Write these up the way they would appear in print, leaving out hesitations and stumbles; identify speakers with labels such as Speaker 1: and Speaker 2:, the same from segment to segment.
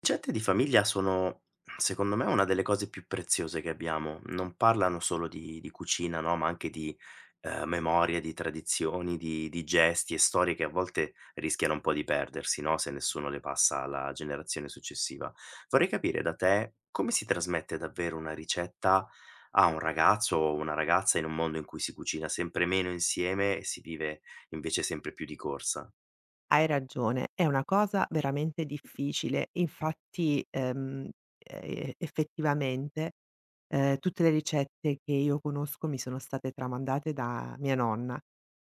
Speaker 1: Ricette di famiglia sono, secondo me, una delle cose più preziose che abbiamo. Non parlano solo di cucina, no, ma anche di, memoria, di tradizioni, di gesti e storie che a volte rischiano un po' di perdersi, no, se nessuno le passa alla generazione successiva. Vorrei capire da te come si trasmette davvero una ricetta a un ragazzo o una ragazza in un mondo in cui si cucina sempre meno insieme e si vive invece sempre più di corsa.
Speaker 2: Hai ragione, è una cosa veramente difficile. Infatti, effettivamente, tutte le ricette che io conosco mi sono state tramandate da mia nonna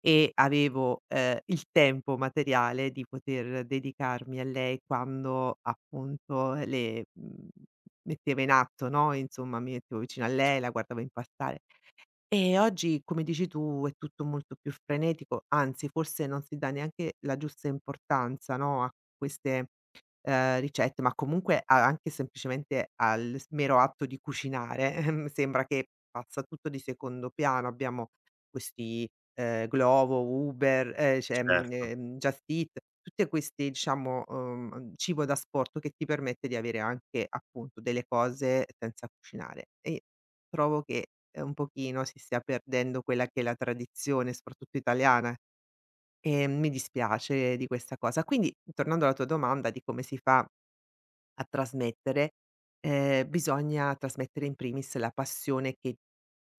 Speaker 2: e avevo, il tempo materiale di poter dedicarmi a lei quando appunto le metteva in atto, no, insomma mi mettevo vicino a lei, la guardavo impastare. E oggi, come dici tu, è tutto molto più frenetico, anzi forse non si dà neanche la giusta importanza, no, a queste, ricette, ma comunque a anche semplicemente al s mero atto di cucinare, mi sembra che passa tutto di secondo piano. Abbiamo questi, Glovo, Uber, cioè,
Speaker 1: Certo,
Speaker 2: Just Eat, tutte questi diciamo, cibo da asporto che ti permette di avere anche, appunto, delle cose senza cucinare e trovo che un pochino si stia perdendo quella che è la tradizione, soprattutto italiana, e mi dispiace di questa cosa. Quindi, tornando alla tua domanda di come si fa a trasmettere, bisogna trasmettere in primis la passione che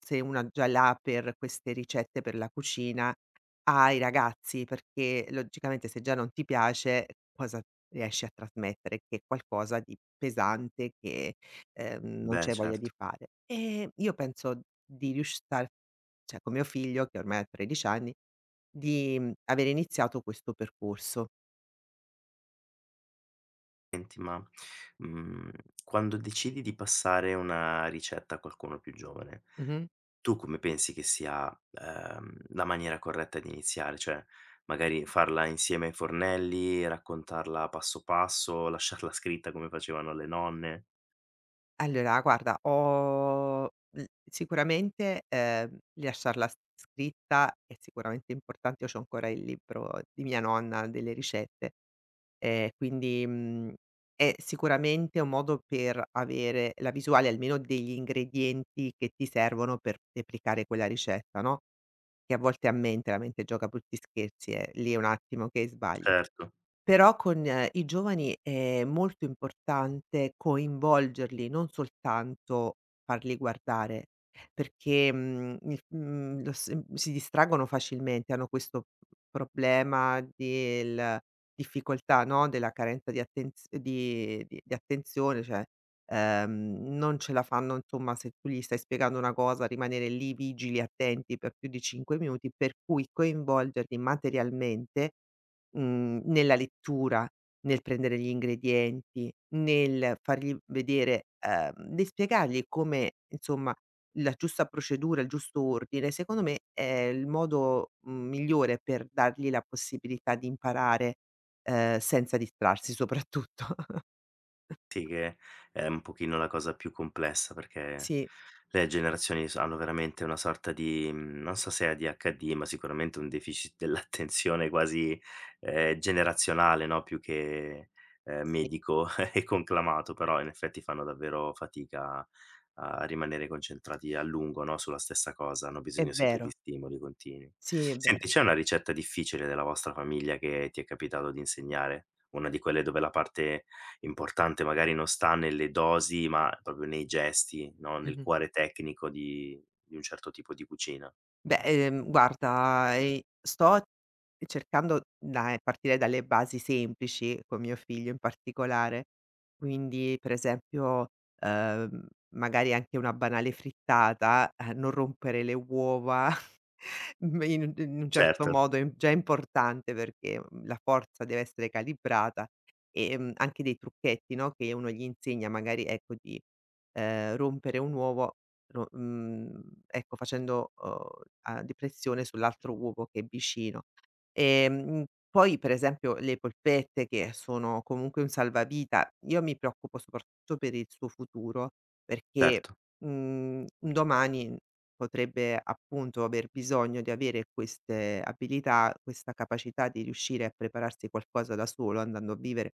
Speaker 2: se una già l'ha per queste ricette, per la cucina, ai ragazzi, perché logicamente se già non ti piace cosa riesci a trasmettere? Che è qualcosa di pesante che, non
Speaker 1: beh,
Speaker 2: c'è voglia di
Speaker 1: certo.
Speaker 2: fare. Io penso di riusc cioè con mio figlio che ormai ha 13 anni, di, avere iniziato questo percorso.
Speaker 1: Senti, ma, mhmm, quando decidi di passare una ricetta a qualcuno più giovane,
Speaker 2: Mh-mh.
Speaker 1: tu come pensi che sia, la maniera corretta di iniziare? Cioè, magari farla insieme ai fornelli, raccontarla passo passo, lasciarla scritta come facevano le nonne?
Speaker 2: Allora guarda, ho l sicuramente, lasciarla s scritta è sicuramente importante. Io c'ho ancora il libro di mia nonna delle ricette, quindi, è sicuramente un modo per avere la visuale almeno degli ingredienti che ti servono per replicare quella ricetta, no, che a volte a mente, la mente gioca brutti scherzi, è lì è un attimo che sbagli.
Speaker 1: Certo.
Speaker 2: Però con i giovani è molto importante coinvolgerli, non soltanto farli guardare, perché, il lo s si distraggono facilmente, hanno questo problema del difficoltà, no, della carenza di attenz di attenzione, cioè, non ce la fanno insomma se tu gli stai spiegando una cosa, rimanere lì vigili, attenti per più di 5 minuti, per cui coinvolgerli materialmente. Nella lettura, nel prendere gli ingredienti, nel fargli vedere nel spiegargli come insomma la giusta procedura, il giusto ordine, secondo me è il modo, migliore per dargli la possibilità di imparare, senza distrarsi soprattutto.
Speaker 1: Sì, che è un pochino la cosa più complessa perché
Speaker 2: Sì,
Speaker 1: le generazioni s hanno veramente una sorta di, non so se ADHD, ma sicuramente un deficit dell'attenzione quasi, generazionale, no, più che,
Speaker 2: sì,
Speaker 1: medico e conclamato, però in effetti fanno davvero fatica a rimanere concentrati a lungo, no, sulla stessa cosa, hanno
Speaker 2: è
Speaker 1: bisogno sempre
Speaker 2: vero.
Speaker 1: di stimoli continui.
Speaker 2: Sì, è vero.
Speaker 1: Senti, c'è una ricetta difficile della vostra famiglia che ti è capitato di insegnare? Una di quelle dove la parte importante magari non sta nelle dosi, ma proprio nei gesti, no, nel
Speaker 2: Mh-mh.
Speaker 1: cuore tecnico di un certo tipo di cucina.
Speaker 2: Beh, guarda, sto cercando da partire dalle basi semplici, con mio figlio in particolare. Quindi, per esempio, ehm, magari anche una banale frittata, non rompere le uova m in un certo
Speaker 1: Certo,
Speaker 2: modo è già importante perché, la forza deve essere calibrata, anche dei trucchetti, no, che uno gli insegna magari, ecco, di, rompere un uovo Ro ecco facendo, a depressione sull'altro uovo che è vicino. Poi per esempio le polpette che sono comunque un salvavita, io mi preoccupo soprattutto per il suo futuro perché,
Speaker 1: certo.
Speaker 2: un domani potrebbe appunto aver bisogno di avere queste abilità, questa capacità di riuscire a prepararsi qualcosa da solo andando a vivere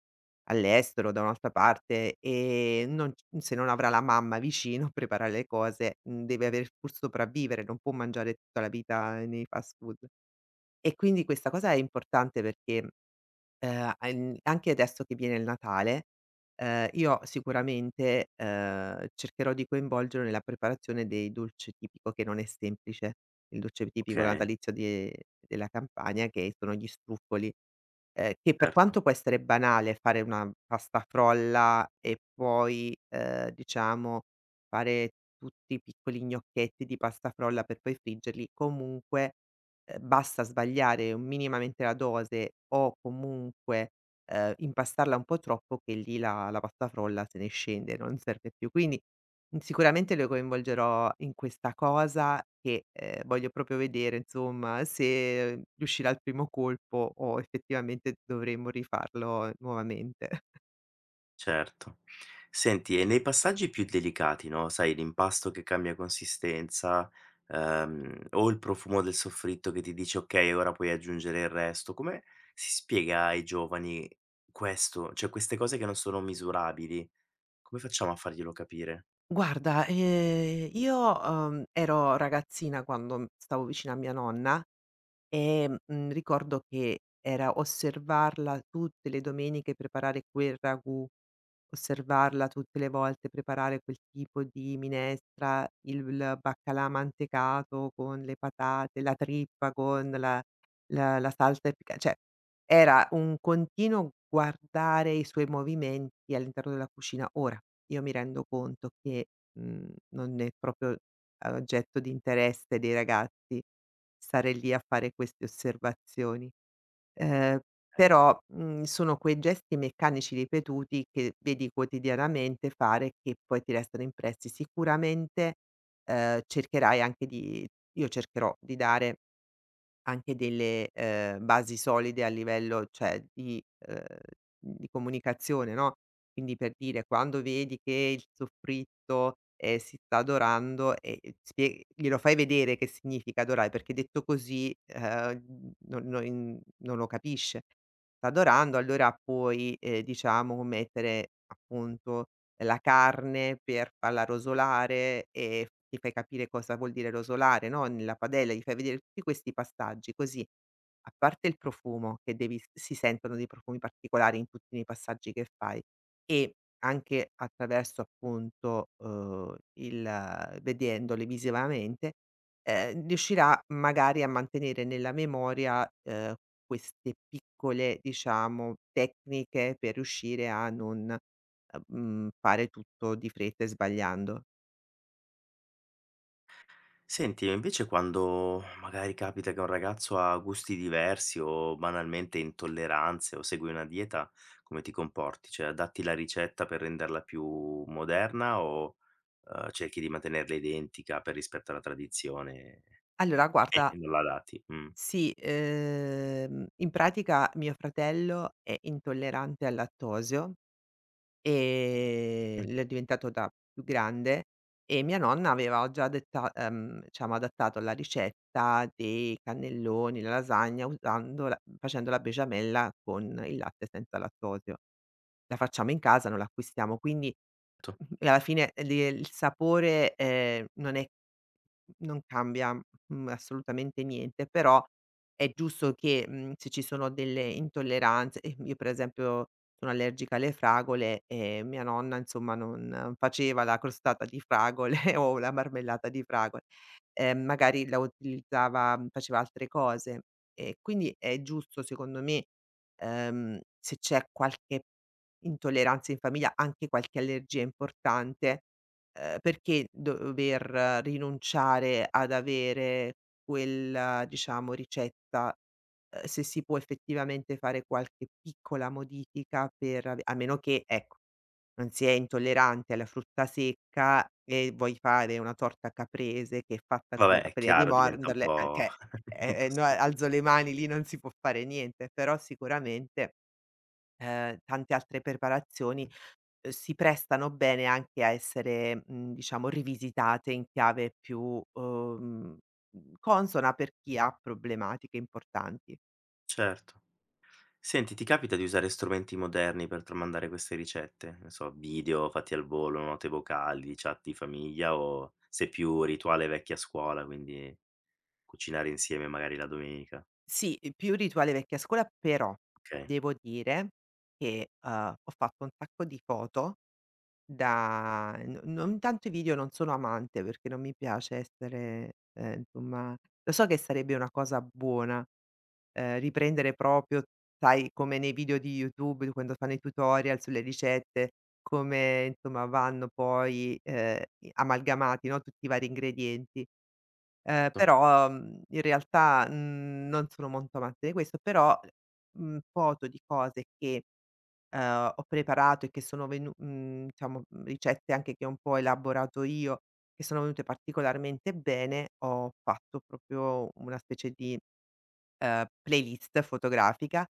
Speaker 2: all'estero, da un'altra parte, non c se non avrà la mamma vicino a preparare le cose, deve aver pur sopravvivere, non può mangiare tutta la vita nei fast food. E quindi questa cosa è importante perché an anche adesso che viene il Natale, io sicuramente, cercherò di coinvolgerlo nella preparazione dei dolce tipico che non è semplice. Il dolce tipico
Speaker 1: Okay,
Speaker 2: natalizio di della Campania che sono gli struffoli, che per
Speaker 1: certo,
Speaker 2: quanto può essere banale fare una pasta frolla e poi, diciamo fare tutti i piccoli gnocchetti di pasta frolla per poi friggerli, comunque basta sbagliare minimamente la dose o comunque, impastarla un po' troppo che lì la la pasta frolla se ne scende, non serve più. Quindi, sicuramente lo coinvolgerò in questa cosa che, voglio proprio vedere insomma se riuscirà al primo colpo o effettivamente dovremmo rifarlo nuovamente.
Speaker 1: certo. Senti, e nei passaggi più delicati, no, sai l'impasto che cambia consistenza, o il profumo del soffritto che ti dice: "Okay, ora puoi aggiungere il resto", come si spiega ai giovani questo? Cioè queste cose che non sono misurabili, come facciamo a farglielo capire?
Speaker 2: Guarda, io, ero ragazzina quando, stavo vicino a mia nonna. Ricordo che era osservarla tutte le domeniche, preparare quel ragù, osservarla tutte le volte, preparare quel tipo di minestra, il baccalà mantecato con le patate, la trippa con la salsa epica cioè era un continuo guardare i suoi movimenti all'interno della cucina. Ora, io mi rendo conto che, non è proprio, oggetto di interesse dei ragazzi stare lì a fare queste osservazioni. Ehm,
Speaker 1: Eh.
Speaker 2: Però, sono quei gesti meccanici ripetuti che vedi quotidianamente fare che poi ti restano impressi. Sicuramente, cercherai anche di io cercherò di dare anche delle, basi solide a livello, cioè di comunicazione, no, quindi per dire quando vedi che il soffritto, si sta dorando spie glielo fai vedere che significa adorare, perché detto così, non lo capisce. Sta dorando allora puoi, diciamo mettere appunto la carne per farla rosolare e ti fai capire cosa vuol dire rosolare, no, nella padella, gli fai vedere tutti questi passaggi, così, a parte il profumo che devi s si sentono dei profumi particolari in tutti i passaggi che fai e anche attraverso appunto, il vedendoli visivamente, riuscirà magari a mantenere nella memoria, queste piccole, diciamo, tecniche per riuscire a non fare tutto di fretta e sbagliando.
Speaker 1: Senti, e invece quando magari capita che un ragazzo ha gusti diversi o banalmente intolleranze o segue una dieta, come ti comporti? Cioè, adatti la ricetta per renderla più moderna o cerchi di mantenerla identica per rispetto alla tradizione
Speaker 2: Allora guarda,
Speaker 1: e non la adatti? Mm.
Speaker 2: sì, in pratica mio fratello è intollerante al lattosio, lo è diventato da più grande e mia nonna aveva già detta diciamo adattato la ricetta dei cannelloni, la lasagna usando la facendo la besciamella con il latte senza lattosio. La facciamo in casa, non l'acquistiamo, quindi
Speaker 1: Certo.
Speaker 2: alla fine l il sapore, non è non cambia, assolutamente niente, però è giusto che, se ci sono delle intolleranze e io per esempio sono allergica alle fragole e mia nonna insomma non faceva la crostata di fragole o la marmellata di fragole, magari la utilizzava mm, faceva altre cose. E quindi è giusto secondo me, se c'è qualche intolleranza in famiglia, anche qualche allergia importante. Perché dover rinunciare ad avere quella, diciamo, ricetta, se si può effettivamente fare qualche piccola modifica per ave a meno che, ecco, non si è intollerante alla frutta secca e vuoi fare una torta caprese che è fatta con
Speaker 1: Vabbè,
Speaker 2: la
Speaker 1: è
Speaker 2: farina di
Speaker 1: chiaro, diventa un
Speaker 2: mandorle,
Speaker 1: po'
Speaker 2: che no,
Speaker 1: impossibile.
Speaker 2: alzo le mani, lì non si può fare niente, però sicuramente, tante altre preparazioni si prestano bene anche a essere, diciamo rivisitate in chiave più, consona per chi ha problematiche importanti.
Speaker 1: Certo. Senti, ti capita di usare strumenti moderni per tramandare queste ricette? Ne so, video fatti al volo, note vocali, chat di famiglia o sei più rituale vecchia scuola, quindi cucinare insieme magari la domenica?
Speaker 2: Sì, più rituale vecchia scuola, però
Speaker 1: Okay.
Speaker 2: devo dire che, ho fatto un sacco di foto da n non tanto i video non sono amante perché non mi piace essere, insomma lo so che sarebbe una cosa buona, riprendere proprio, sai, come nei video di YouTube quando fanno i tutorial sulle ricette, come insomma vanno poi, i amalgamati, no, tutti i vari ingredienti. Però, in realtà, non sono molto amante di questo, però, foto di cose che, ho preparato e che sono venu diciamo, ricette anche che ho un po' elaborato io, che sono venute particolarmente bene, ho fatto proprio una specie di playlist fotografica,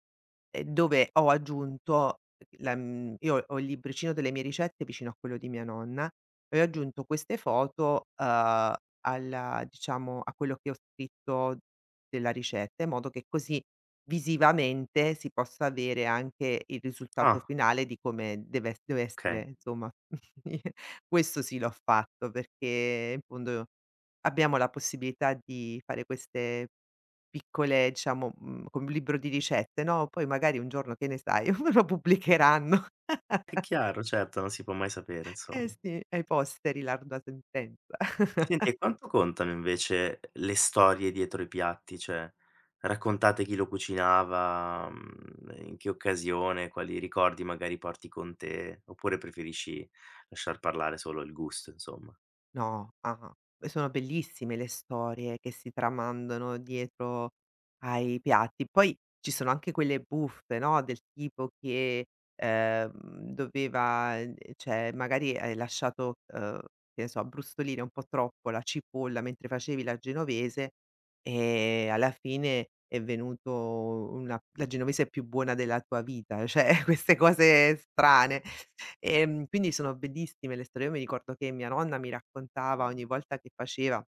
Speaker 2: dove ho aggiunto la io ho il libricino delle mie ricette vicino a quello di mia nonna e ho aggiunto queste foto, alla diciamo a quello che ho scritto della ricetta, in modo che così visivamente si possa avere anche il risultato
Speaker 1: Ah,
Speaker 2: finale di come deve ess deve
Speaker 1: okay.
Speaker 2: essere insomma. Questo sì l'ho fatto perché in fondo abbiamo la possibilità di fare queste piccole diciamo, come un libro di ricette, no, poi magari un giorno che ne sai, lo pubblicheranno.
Speaker 1: È chiaro, certo, non si può mai sapere,
Speaker 2: Eh
Speaker 1: insomma.
Speaker 2: sì, ai posteri l'ardua sentenza.
Speaker 1: Senti, e quanto contano invece le storie dietro i piatti? Cioè, raccontate chi lo cucinava, in che occasione, quali ricordi magari porti con te, oppure preferisci lasciar parlare solo il gusto, insomma?
Speaker 2: No, ah-ah. Sono bellissime le storie che si tramandano dietro ai piatti. Poi ci sono anche quelle buffe, no, del tipo che, ehm, doveva cioè magari hai lasciato, che ne so, abbrustolire un po' troppo la cipolla mentre facevi la genovese e alla fine è venuto una la genovese più buona della tua vita, cioè queste cose strane. Quindi sono bellissime le storie. Io mi ricordo che mia nonna mi raccontava ogni volta che faceva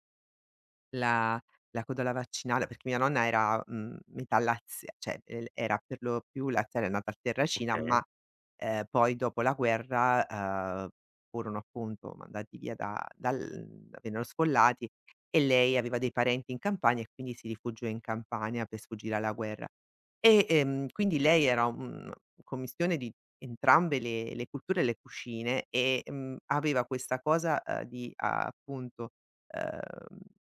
Speaker 2: la la codola vaccinale perché mia nonna era, metà lazia cioè, era per lo più laziale, è nata a Terracina,
Speaker 1: Okay,
Speaker 2: ma, poi dopo la guerra, furono appunto mandati via da dal vennero sfollati e lei aveva dei parenti in Campania e quindi si rifugiò in Campania per sfuggire alla guerra. E, quindi lei era un commistione di entrambe le culture e le cucine e, aveva questa cosa, di ah, appunto ehm,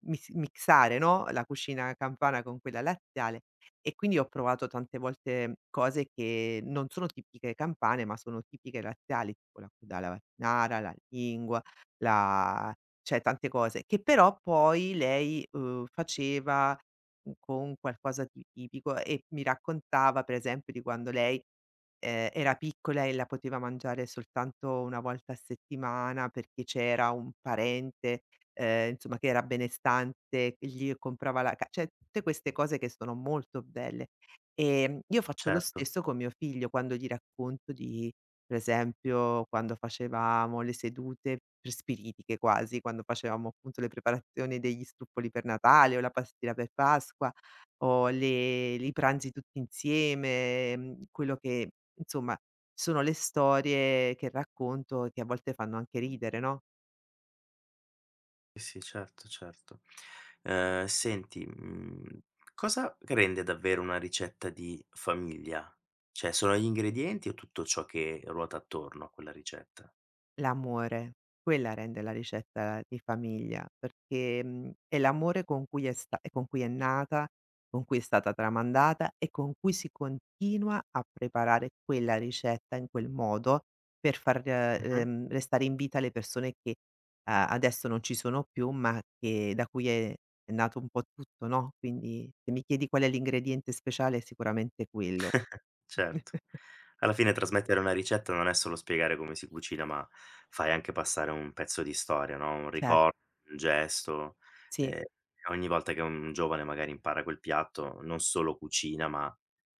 Speaker 2: mis mixare, no, la cucina campana con quella laziale e quindi ho provato tante volte cose che non sono tipiche campane, ma sono tipiche laziali, tipo la budala vaccinara, la lingua, la cioè tante cose, che però poi lei, faceva, con qualcosa di tipico e mi raccontava per esempio di quando lei era piccola e la poteva mangiare soltanto 1 volta a settimana perché c'era un parente, insomma che era benestante, che gli comprava la ca cioè tutte queste cose che sono molto belle. Io faccio lo
Speaker 1: certo.
Speaker 2: stesso con mio figlio quando gli racconto di per esempio quando facevamo le sedute per spiritiche quasi, quando facevamo appunto le preparazioni degli struffoli per Natale o la pastiera per Pasqua, ho le i pranzi tutti insieme, quello che insomma sono le storie che racconto e che a volte fanno anche ridere, no?
Speaker 1: Sì, sì, certo, certo. Senti, cosa rende davvero una ricetta di famiglia? Cioè, sono gli ingredienti o tutto ciò che ruota attorno a quella ricetta?
Speaker 2: L'amore, quella rende la ricetta di famiglia, perché, è l'amore con cui è sta con cui è nata, con cui è stata tramandata e con cui si continua a preparare quella ricetta in quel modo per far,
Speaker 1: Mh-mh.
Speaker 2: restare in vita le persone che, a adesso non ci sono più, ma che da cui è nato un po' tutto, no, quindi se mi chiedi qual è l'ingrediente speciale è sicuramente quello.
Speaker 1: Certo. Alla fine trasmettere una ricetta non è solo spiegare come si cucina, ma fai anche passare un pezzo di storia, no, un
Speaker 2: Cer
Speaker 1: ricor un gesto.
Speaker 2: sì,
Speaker 1: Ehm, ogni volta che un giovane magari impara quel piatto, non solo cucina, ma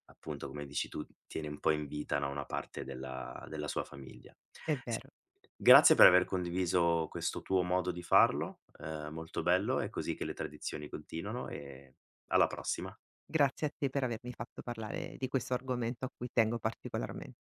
Speaker 1: appunto, come dici tu, tiene un po' in vita, no, una parte della sua famiglia.
Speaker 2: è
Speaker 1: Sì,
Speaker 2: vero.
Speaker 1: grazie per aver condiviso questo tuo modo di farlo, molto bello, è così che le tradizioni continuano e alla prossima.
Speaker 2: Grazie a te per avermi fatto parlare di questo argomento a cui tengo particolarmen